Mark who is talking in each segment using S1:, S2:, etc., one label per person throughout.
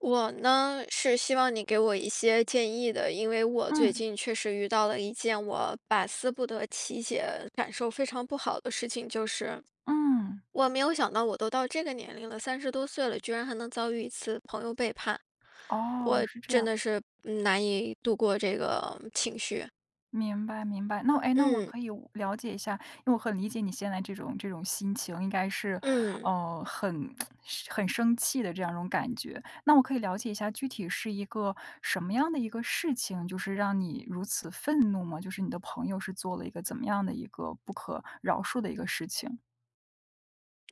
S1: 我呢是希望你给我一些建议的，因为我最
S2: 嗯
S1: 近确实遇到了一件我百思不得其解、感受非常不好的事情，就是
S2: 嗯，
S1: 我没有想到我都到这个年龄了，30多岁了，居然还能遭遇一次朋友背叛，
S2: 哦，
S1: 我
S2: 是这
S1: 真
S2: 样，
S1: 的是难以度过这个情绪。
S2: 明白明白。那哎，那我
S1: 嗯
S2: 可以我了解一下，因为我很理解你现在这种心情，应该是，
S1: 嗯。
S2: 很 是很生气的这样一种感觉。那我可以了解一下，具体是一个什么样的一个事情，就是让你如此愤怒吗？就是你的朋友是做了一个怎么样的一个不可饶恕的一个事情？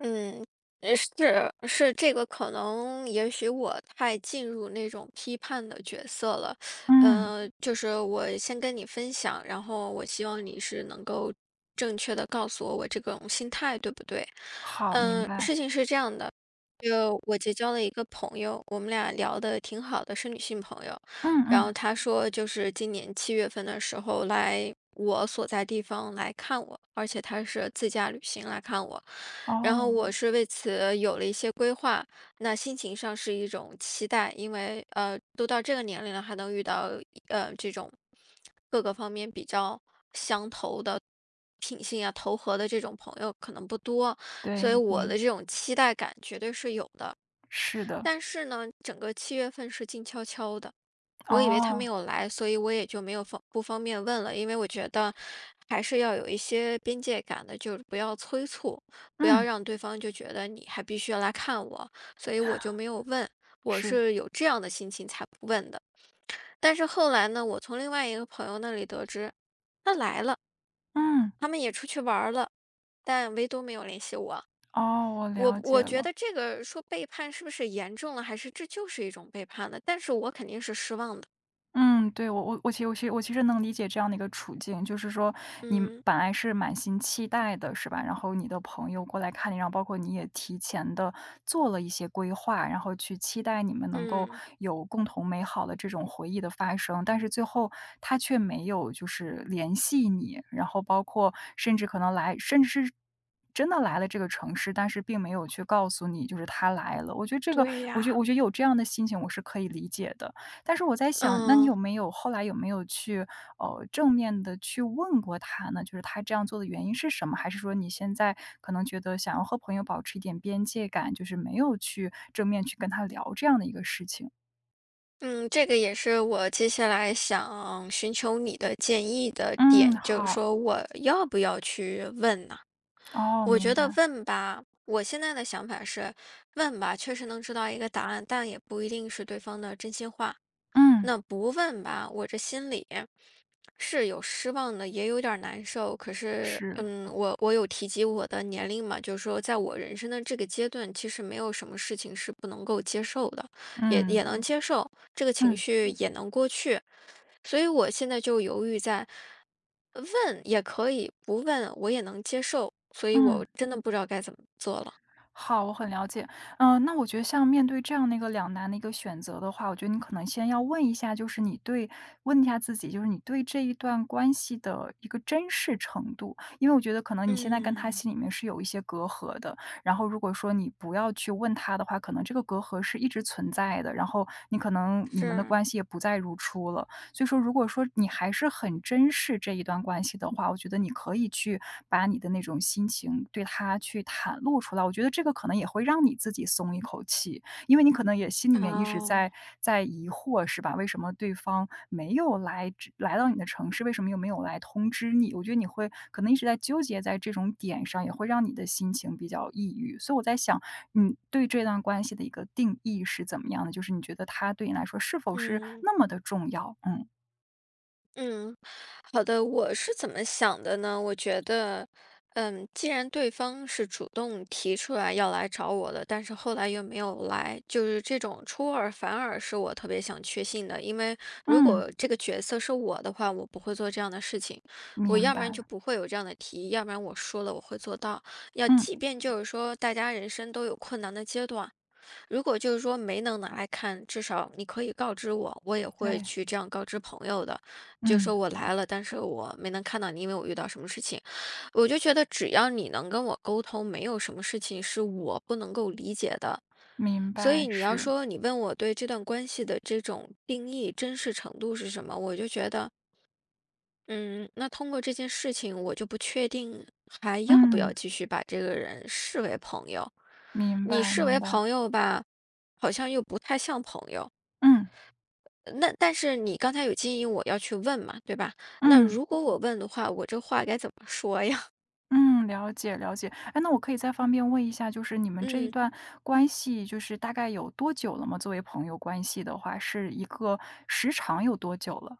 S1: 嗯，是是，这个可能也许我太进入那种批判的角色了，
S2: 嗯，
S1: 就是我先跟你分享，然后我希望你是能够正确的告诉我这种心态对不对？
S2: 好，明
S1: 嗯，事
S2: 白。
S1: 情是这样的，就我结交了一个朋友，我们俩聊的挺好的，是女性朋友，
S2: 嗯
S1: 然
S2: 嗯，
S1: 后她说就是今年七月份的时候来。我所在地方来看我，而且她是自驾旅行来看我，然后
S2: 哦，
S1: 我是为此有了一些规划，那心情上是一种期待，因为都到这个年龄了，还能遇到这种各个方面比较相投的品性啊、投合的这种朋友可能不多，
S2: 对，
S1: 所以
S2: 一
S1: 我
S2: 定
S1: 的这种期待感绝对是有的。
S2: 是的。
S1: 但是呢，整个七月份是静悄悄的，我以为他没
S2: 哦，
S1: 有来，所以我也就没有方不方便问了，因为我觉得还是要有一些边界感的，就是不要催促，不要
S2: 嗯，
S1: 让对方就觉得你还必须要来看我，所以我就没有问。我
S2: 是，
S1: 是有这样的心情才不问的。但是后来呢，我从另外一个朋友那里得知，他来了，
S2: 嗯。
S1: 他们也出去玩儿了，但唯独没有联系我。
S2: 哦，我
S1: 我
S2: 了解
S1: 我觉得
S2: 了。
S1: 这个说背叛是不是严重了，还是这就是一种背叛呢？但是我肯定是失望的。
S2: 嗯，对，我其实能理解这样的一个处境，就是说你
S1: 嗯
S2: 本来是满心期待的，是吧？然后你的朋友过来看你，然后包括你也提前的做了一些规划，然后去期待你们能够
S1: 嗯。
S2: 有共同美好的这种回忆的发生，但是最后他却没有就是联系你，然后包括甚至可能来，甚至是。真的来了这个城市，但是并没有去告诉你，就是他来了。我觉得这个，
S1: 对
S2: 我觉得我
S1: 呀，
S2: 觉得有这样的心情，我是可以理解的。但是我在想，那你
S1: 嗯
S2: 有没有后来有没有去，正面的去问过他呢？就是他这样做的原因是什么？还是说你现在可能觉得想要和朋友保持一点边界感，就是没有去正面去跟他聊这样的一个事情？
S1: 嗯，这个也是我接下来想寻求你的建议的
S2: 嗯，
S1: 点，就是
S2: 好，
S1: 说我要不要去问呢？
S2: 哦，
S1: 我觉
S2: 明
S1: 得
S2: 白，
S1: 问吧，我现在的想法是问吧，确实能知道一个答案，但也不一定是对方的真心话。
S2: 嗯，
S1: 那不问吧，我这心里是有失望的，也有点儿难受。可是，
S2: 是，
S1: 我有提及我的年龄嘛，就是说，在我人生的这个阶段，其实没有什么事情是不能够接受的，也
S2: 嗯，
S1: 也能接受，这个情
S2: 嗯，
S1: 绪也能过去。所以我现在就犹豫在问也可以，不问我也能接受。所以我
S2: 嗯。
S1: 真的不知道该怎么做了。
S2: 好，我很了解。嗯，那我觉得像面对这样的一个两难的一个选择的话，我觉得你可能先要问一下，就是你对问一下自己，就是你对这一段关系的一个珍视程度，因为我觉得可能你现在跟他
S1: 嗯，
S2: 心里面是有一些隔阂的。然后如果说你不要去问他的话，可能这个隔阂是一直存在的，然后你可能你们的
S1: 是
S2: 关系也不再如初了。所以说，如果说你还是很珍视这一段关系的话，我觉得你可以去把你的那种心情对他去袒露出来。我觉得这个可能也会让你自己松一口气，因为你可能也心里面一直
S1: 哦，
S2: 在在疑惑，是吧？为什么对方没有来只来到你的城市？为什么又没有来通知你？我觉得你会可能一直在纠结在这种点上，也会让你的心情比较抑郁。所以我在想，你对这段关系的一个定义是怎么样的？就是你觉得他对你来说是否是
S1: 嗯。
S2: 那么的重要？嗯。
S1: 嗯，好的，我是怎么想的呢？我觉得，嗯，既然对方是主动提出来要来找我的，但是后来又没有来，就是这种出尔反尔是我特别想确信的。因为如
S2: 嗯，
S1: 果这个角色是我的话，我不会做这样的事情，我
S2: 明
S1: 要不
S2: 白，
S1: 然就不会有这样的提议，要不然我说了我会做到。要
S2: 嗯，
S1: 即便就是说大家人生都有困难的阶段，如果就是说没能拿来看，至少你可以告知我，我也会
S2: 对，
S1: 去这样告知朋友的，就
S2: 嗯，
S1: 说我来了，但是我没能看到你，因为我遇到什么事情。我就觉得只要你能跟我沟通，没有什么事情是我不能够理解的。
S2: 明
S1: 所
S2: 白，
S1: 以你要
S2: 是，
S1: 说你问我对这段关系的这种定义、真实程度是什么，我就觉得。嗯，那通过这件事情，我就不确定还要不要
S2: 嗯，
S1: 继续把这个人视为朋友。
S2: 明
S1: 你
S2: 白
S1: 视
S2: 明
S1: 为
S2: 白，
S1: 朋友吧，好像又不太像朋友。
S2: 嗯，
S1: 那但是你刚才有建议我要去问嘛，对吧？那
S2: 嗯，
S1: 如果我问的话，我这话该怎么说呀？
S2: 嗯，了解了解。哎，那我可以再方便问一下，就是你 们这一
S1: 嗯
S2: 段关系，就是大概有多久了吗？作为朋友关系的话，是一个时长有多久了？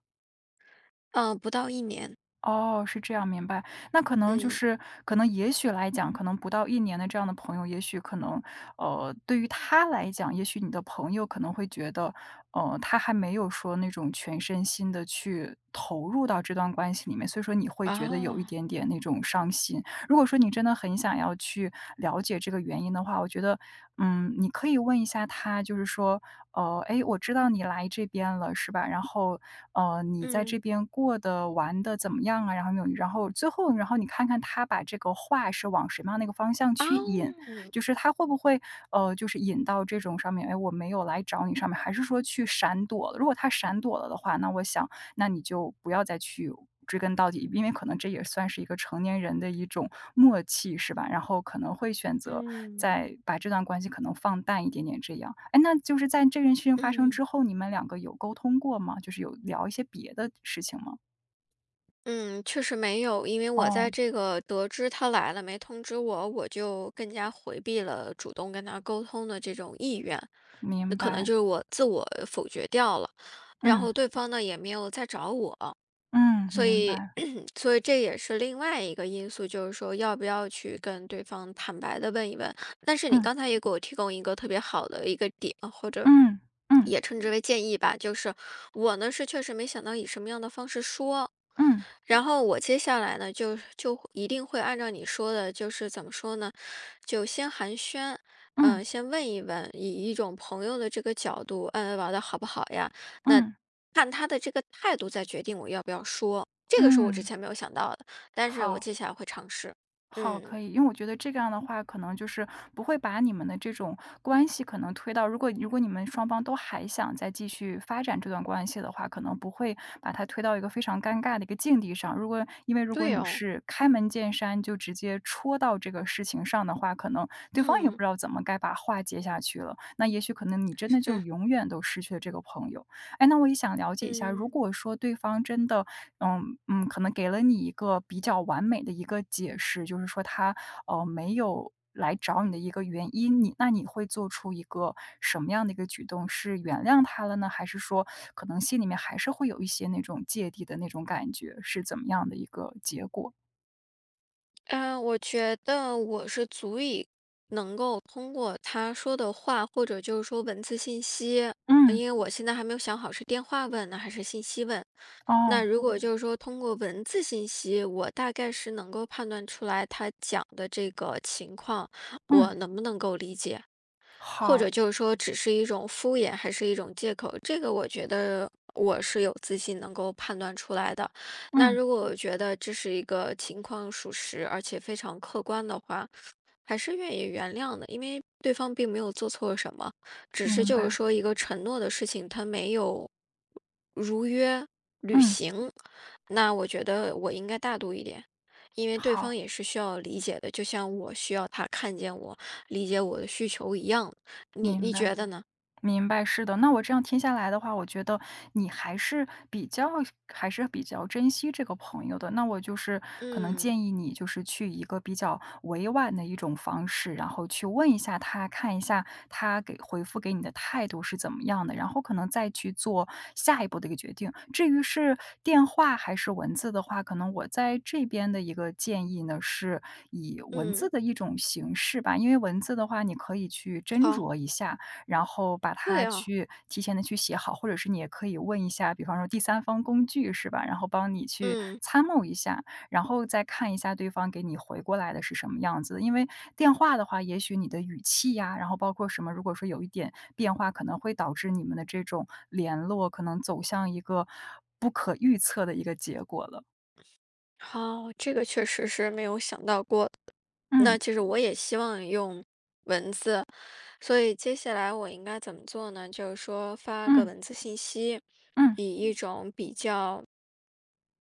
S1: 嗯、不到一年，
S2: 哦，是这样，明白。那可能就
S1: 嗯
S2: 是可能也许来讲，可能不到一年的这样的朋友，也许可能，对于他来讲，也许你的朋友可能会觉得，他还没有说那种全身心的去投入到这段关系里面，所以说你会觉得有一
S1: 啊，
S2: 点点那种伤心。如果说你真的很想要去了解这个原因的话，我觉得，嗯，你可以问一下他，就是说，“诶，我知道你来这边了，是吧？然后你在
S1: 嗯
S2: 这边过得玩的怎么样啊？然后没有然后最后，然后你看看他把这个话是往什么样的一个方向
S1: 啊，
S2: 去引，
S1: 嗯
S2: 就是他会不会，就是引到这种上面，哎，我没有来找你上面，还是说去闪躲了？如果他闪躲了的话，那我想那你就不要再去追根到底，因为可能这也算是一个成年人的一种默契，是吧？然后可能会选择
S1: 嗯。
S2: 再把这段关系可能放淡一点点这样。哎，那就是在这件事情发生
S1: 嗯
S2: 之后，你们两个有沟通过吗？就是有聊一些别的事情吗？
S1: 嗯，确实没有，因为我在
S2: 哦，
S1: 这个得知他来了没通知我，我就更加回避了主动跟他沟通的这种意愿，那
S2: 明
S1: 可能
S2: 白，
S1: 就是我自我否决掉了，然
S2: 嗯
S1: 后对方呢也没有再找我，
S2: 嗯，
S1: 所
S2: 明
S1: 以
S2: 白，
S1: 所以这也是另外一个因素，就是说要不要去跟对方坦白的问一问。但是你
S2: 嗯
S1: 刚才也给我提供一个特别好的一个点，或者
S2: 嗯嗯
S1: 也称之为建议吧，就是我呢是确实没想到以什么样的方式说，
S2: 嗯
S1: 然后我接下来呢，就一定会按照你说的，就是怎么说呢，就先寒暄，
S2: 嗯
S1: 先问一问，以一种朋友的这个角度，嗯，玩的好不好呀？那
S2: 嗯
S1: 看他的这个态度，再决定我要不要说。这个是我之
S2: 嗯，
S1: 前没有想到的，但是我
S2: 好。
S1: 接下来会尝试。
S2: 好，
S1: 嗯，
S2: 可以，因为我觉得这个样的话，可能就是不会把你们的这种关系可能推到，如果你们双方都还想再继续发展这段关系的话，可能不会把它推到一个非常尴尬的一个境地上。因为如果
S1: 对
S2: 你
S1: 哦，
S2: 是开门见山就直接戳到这个事情上的话，可能对方也不
S1: 嗯，
S2: 知道怎么该把话接下去了。那也许可能你真的就
S1: 是，
S2: 永远都失去了这个朋友。哎，那我也想了解一下，如
S1: 嗯。
S2: 果说对方真的嗯嗯，可能给了你一个比较完美的一个解释，就是说他，没有来找你的一个原因，那你会做出一个什么样的一个举动？是原谅他了呢，还是说可能心里面还是会有一些那种芥蒂的那种感觉，是怎么样的一个结果？
S1: 嗯，我觉得我是足以能够通过他说的话，或者就是说文字信息，
S2: 嗯，
S1: 因为我现在还没有想好是电话问呢还是信息问。那
S2: 哦，
S1: 如果就是说通过文字信息，我大概是能够判断出来他讲的这个情况，
S2: 嗯，
S1: 我能不能够理解。或者
S2: 好，
S1: 就是说只是一种敷衍，还是一种借口，这个我觉得我是有自信能够判断出来的。那
S2: 嗯，
S1: 如果我觉得这是一个情况属实，而且非常客观的话，还是愿意原谅的，因为对方并没有做错什么，只是
S2: 明
S1: 就是
S2: 白，
S1: 说一个承诺的事情，他没有如约履
S2: 嗯，
S1: 行，那我觉得我应该大度一点，因为对方
S2: 好，
S1: 也是需要理解的，就像我需要他看见我，理解我的需求一样。你
S2: 明
S1: 你
S2: 白。
S1: 觉得呢？
S2: 明白，是的。那我这样听下来的话，我觉得你还是比较珍惜这个朋友的。那我就是可能
S1: 嗯
S2: 建议你，就是去一个比较委婉的一种方式，然后去问一下他，看一下他给回复给你的态度是怎么样的，然后可能再去做下一步的一个决定。至于是电话还是文字的话，可能我在这边的一个建议呢，是以文字
S1: 嗯，
S2: 的一种形式吧，因为文字的话，你可以去斟
S1: 好，
S2: 酌一下，然后把它
S1: 对啊，
S2: 去提前的去写好，或者是你也可以问一下，比方说第三方工具是吧，然后帮你去
S1: 嗯，
S2: 参谋一下，然后再看一下对方给你回过来的是什么样子。因为电话的话，也许你的语气呀，然后包括什么，如果说有一点变化，可能会导致你们的这种联络可能走向一个不可预测的一个结果了。
S1: 好，这个确实是没有想到过的那
S2: 嗯，
S1: 其实我也希望用文字所以接下来我应该怎么做呢？就是说发个
S2: 嗯，
S1: 文字信息，
S2: 嗯，
S1: 以一种比较，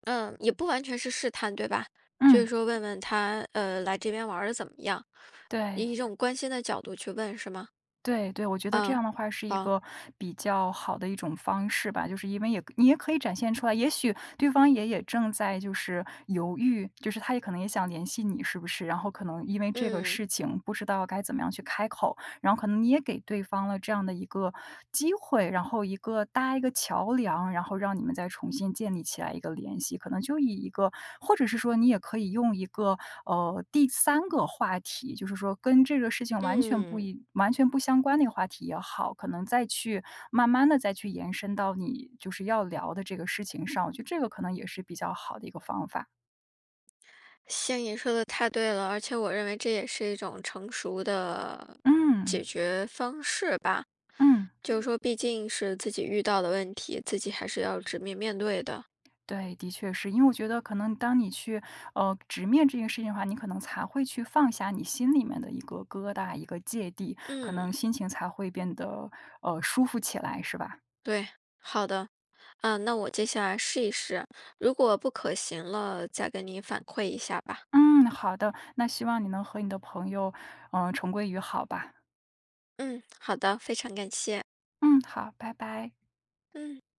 S1: 嗯，也不完全是试探，对吧？就
S2: 嗯，
S1: 是说问问他，来这边玩的怎么样，
S2: 对。
S1: 以一种关心的角度去问，是吗？
S2: 对对，我觉得这
S1: 嗯，
S2: 样的话是一
S1: 好，
S2: 个比较好的一种方式吧，就是因为你也可以展现出来，也许对方也正在就是犹豫，就是他也可能也想联系你，是不是？然后可能因为这个
S1: 嗯
S2: 事情不知道该怎么样去开口，然后可能你也给对方了这样的一个机会，然后一个搭一个桥梁，然后让你们再重新建立起来一个联系。可能就以一个，或者是说你也可以用一个第三个话题，就是说跟这个事情
S1: 嗯，
S2: 完全不相关的一个话题也好，可能再去慢慢的再去延伸到你就是要聊的这个事情上。我觉得这个可能也是比较好的一个方法。
S1: 星你说的太对了，而且我认为这也是一种成熟的
S2: 嗯
S1: 解决方式吧。
S2: 嗯。
S1: 就是说，毕竟是自己遇到的问题，自己还是要直面面对的。
S2: 对，的确是。因为我觉得可能当你去，直面这件事情的话，你可能才会去放下你心里面的一个疙瘩、一个芥蒂，可
S1: 嗯。
S2: 能心情才会变得，舒服起来，是吧？
S1: 对，好的，嗯，那我接下来试一试，如果不可行了，再跟你反馈一下吧。
S2: 嗯，好的，那希望你能和你的朋友，重归于好吧。
S1: 嗯，好的，非常感谢。
S2: 嗯，好，拜拜。
S1: 嗯。